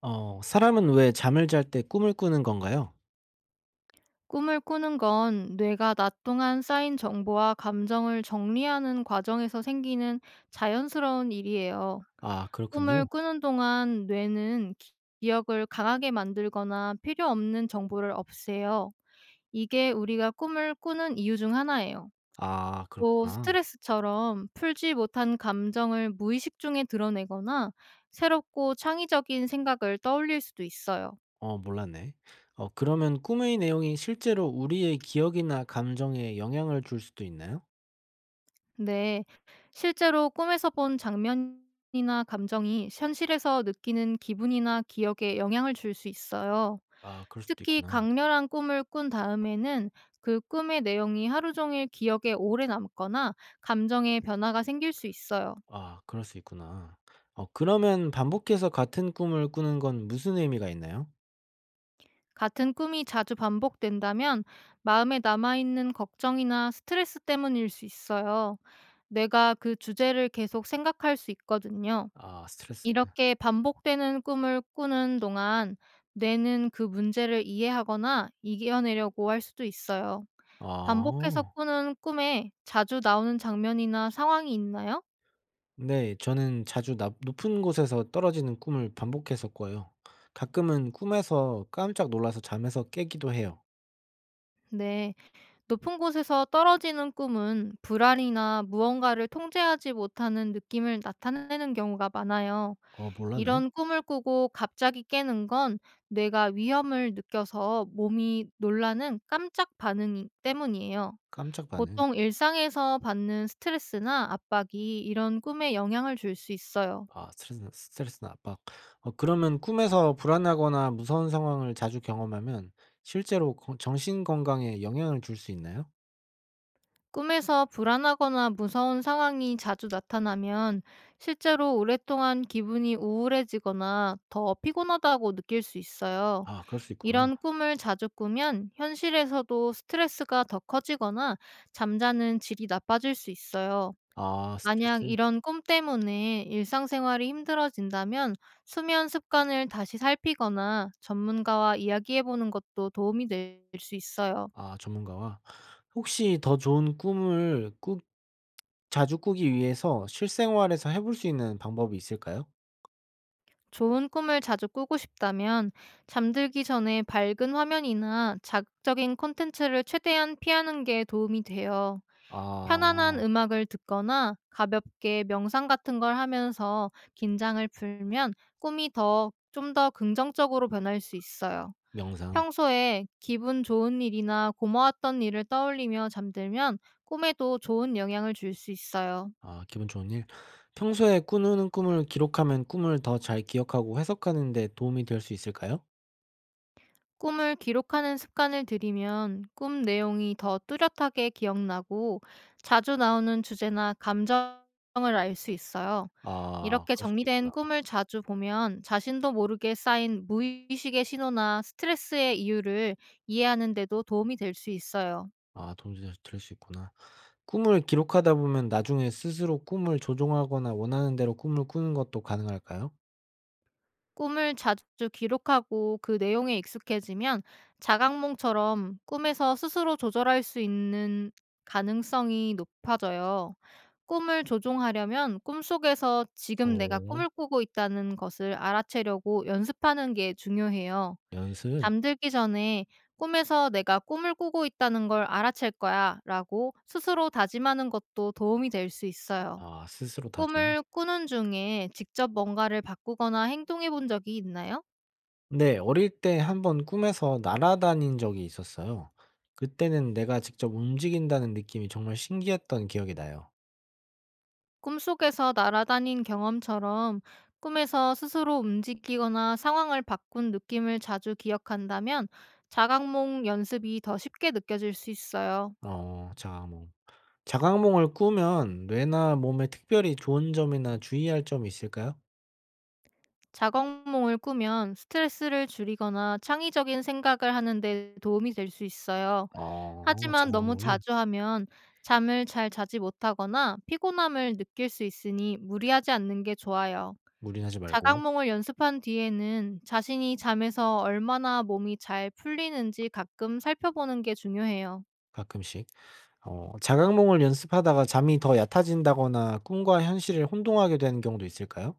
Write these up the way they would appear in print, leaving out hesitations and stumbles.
사람은 왜 잠을 잘 때 꿈을 꾸는 건가요? 꿈을 꾸는 건 뇌가 낮 동안 쌓인 정보와 감정을 정리하는 과정에서 생기는 자연스러운 일이에요. 아 꿈을 그렇군요. 꾸는 동안 뇌는 기억을 강하게 만들거나 필요 없는 정보를 없애요. 이게 우리가 꿈을 꾸는 이유 중 하나예요. 아 또 그렇구나. 스트레스처럼 풀지 못한 감정을 무의식 중에 드러내거나 새롭고 창의적인 생각을 떠올릴 수도 있어요. 몰랐네. 그러면 꿈의 내용이 실제로 우리의 기억이나 감정에 영향을 줄 수도 있나요? 네. 실제로 꿈에서 본 장면이나 감정이 현실에서 느끼는 기분이나 기억에 영향을 줄 수 있어요. 아 그럴 수도 특히 있구나. 강렬한 꿈을 꾼 다음에는 그 꿈의 내용이 하루 종일 기억에 오래 남거나 감정의 변화가 생길 수 있어요. 아 그럴 수 있구나. 그러면 반복해서 같은 꿈을 꾸는 건 무슨 의미가 있나요? 같은 꿈이 자주 반복된다면 마음에 남아있는 걱정이나 스트레스 때문일 수 있어요. 뇌가 그 주제를 계속 생각할 수 있거든요. 아 스트레스. 이렇게 반복되는 꿈을 꾸는 동안 뇌는 그 문제를 이해하거나 이겨내려고 할 수도 있어요. 반복해서 아. 꾸는 꿈에 자주 나오는 장면이나 상황이 있나요? 네. 저는 자주 나 높은 곳에서 떨어지는 꿈을 반복해서 꿔요. 가끔은 꿈에서 깜짝 놀라서 잠에서 깨기도 해요. 네. 높은 곳에서 떨어지는 꿈은 불안이나 무언가를 통제하지 못하는 느낌을 나타내는 경우가 많아요. 몰랐네. 이런 꿈을 꾸고 갑자기 깨는 건 뇌가 위험을 느껴서 몸이 놀라는 깜짝 반응 때문이에요. 깜짝 반응. 보통 일상에서 받는 스트레스나 압박이 이런 꿈에 영향을 줄 수 있어요. 아 스트레스 스트레스나 압박. 그러면 꿈에서 불안하거나 무서운 상황을 자주 경험하면 실제로 정신 건강에 영향을 줄 수 있나요? 꿈에서 불안하거나 무서운 상황이 자주 나타나면 실제로 오랫동안 기분이 우울해지거나 더 피곤하다고 느낄 수 있어요. 아 그럴 수 있구나. 이런 꿈을 자주 꾸면 현실에서도 스트레스가 더 커지거나 잠자는 질이 나빠질 수 있어요. 아 만약 스트레스 이런 꿈 때문에 일상생활이 힘들어진다면 수면 습관을 다시 살피거나 전문가와 이야기해보는 것도 도움이 될 수 있어요. 아 전문가와. 혹시 더 좋은 꿈을 꾸 자주 꾸기 위해서 실생활에서 해볼 수 있는 방법이 있을까요? 좋은 꿈을 자주 꾸고 싶다면 잠들기 전에 밝은 화면이나 자극적인 콘텐츠를 최대한 피하는 게 도움이 돼요. 편안한 아 음악을 듣거나 가볍게 명상 같은 걸 하면서 긴장을 풀면 꿈이 더 좀 더 긍정적으로 변할 수 있어요. 명상. 평소에 기분 좋은 일이나 고마웠던 일을 떠올리며 잠들면 꿈에도 좋은 영향을 줄 수 있어요. 아 기분 좋은 일. 평소에 꾸는 꿈을 기록하면 꿈을 더 잘 기억하고 해석하는 데 도움이 될 수 있을까요? 꿈을 기록하는 습관을 들이면 꿈 내용이 더 뚜렷하게 기억나고 자주 나오는 주제나 감정을 알 수 있어요. 아 이렇게 그럴 수도 정리된 있구나. 꿈을 자주 보면 자신도 모르게 쌓인 무의식의 신호나 스트레스의 이유를 이해하는 데도 도움이 될 수 있어요. 아 도움이 될 수 있구나. 꿈을 기록하다 보면 나중에 스스로 꿈을 조종하거나 원하는 대로 꿈을 꾸는 것도 가능할까요? 꿈을 자주 기록하고 그 내용에 익숙해지면 자각몽처럼 꿈에서 스스로 조절할 수 있는 가능성이 높아져요. 꿈을 조종하려면 꿈속에서 지금 내가 어 꿈을 꾸고 있다는 것을 알아채려고 연습하는 게 중요해요. 연습. 잠들기 전에 꿈에서 내가 꿈을 꾸고 있다는 걸 알아챌 거야 라고 스스로 다짐하는 것도 도움이 될 수 있어요. 아 스스로 다짐. 꿈을 꾸는 중에 직접 뭔가를 바꾸거나 행동해 본 적이 있나요? 네 어릴 때 한번 꿈에서 날아다닌 적이 있었어요. 그때는 내가 직접 움직인다는 느낌이 정말 신기했던 기억이 나요. 꿈속에서 날아다닌 경험처럼 꿈에서 스스로 움직이거나 상황을 바꾼 느낌을 자주 기억한다면 자각몽 연습이 더 쉽게 느껴질 수 있어요. 자각몽. 자각몽을 꾸면 뇌나 몸에 특별히 좋은 점이나 주의할 점이 있을까요? 자각몽을 꾸면 스트레스를 줄이거나 창의적인 생각을 하는데 도움이 될 수 있어요. 하지만 너무 자각몽이 자주 하면 잠을 잘 자지 못하거나 피곤함을 느낄 수 있으니 무리하지 않는 게 좋아요. 무리하지 말고. 자각몽을 연습한 뒤에는 자신이 잠에서 얼마나 몸이 잘 풀리는지 가끔 살펴보는 게 중요해요. 가끔씩. 자각몽을 연습하다가 잠이 더 얕아진다거나 꿈과 현실을 혼동하게 되는 경우도 있을까요?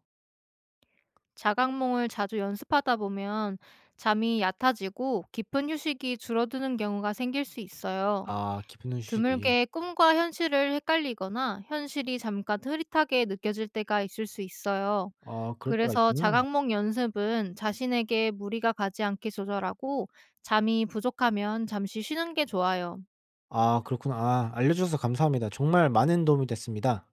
자각몽을 자주 연습하다 보면 잠이 얕아지고 깊은 휴식이 줄어드는 경우가 생길 수 있어요. 아 깊은 휴식이. 드물게 꿈과 현실을 헷갈리거나 현실이 잠깐 흐릿하게 느껴질 때가 있을 수 있어요. 아 그럴 때가 그래서 있구나. 자각몽 연습은 자신에게 무리가 가지 않게 조절하고 잠이 부족하면 잠시 쉬는 게 좋아요. 아 그렇구나. 아 알려 주셔서 감사합니다. 정말 많은 도움이 됐습니다.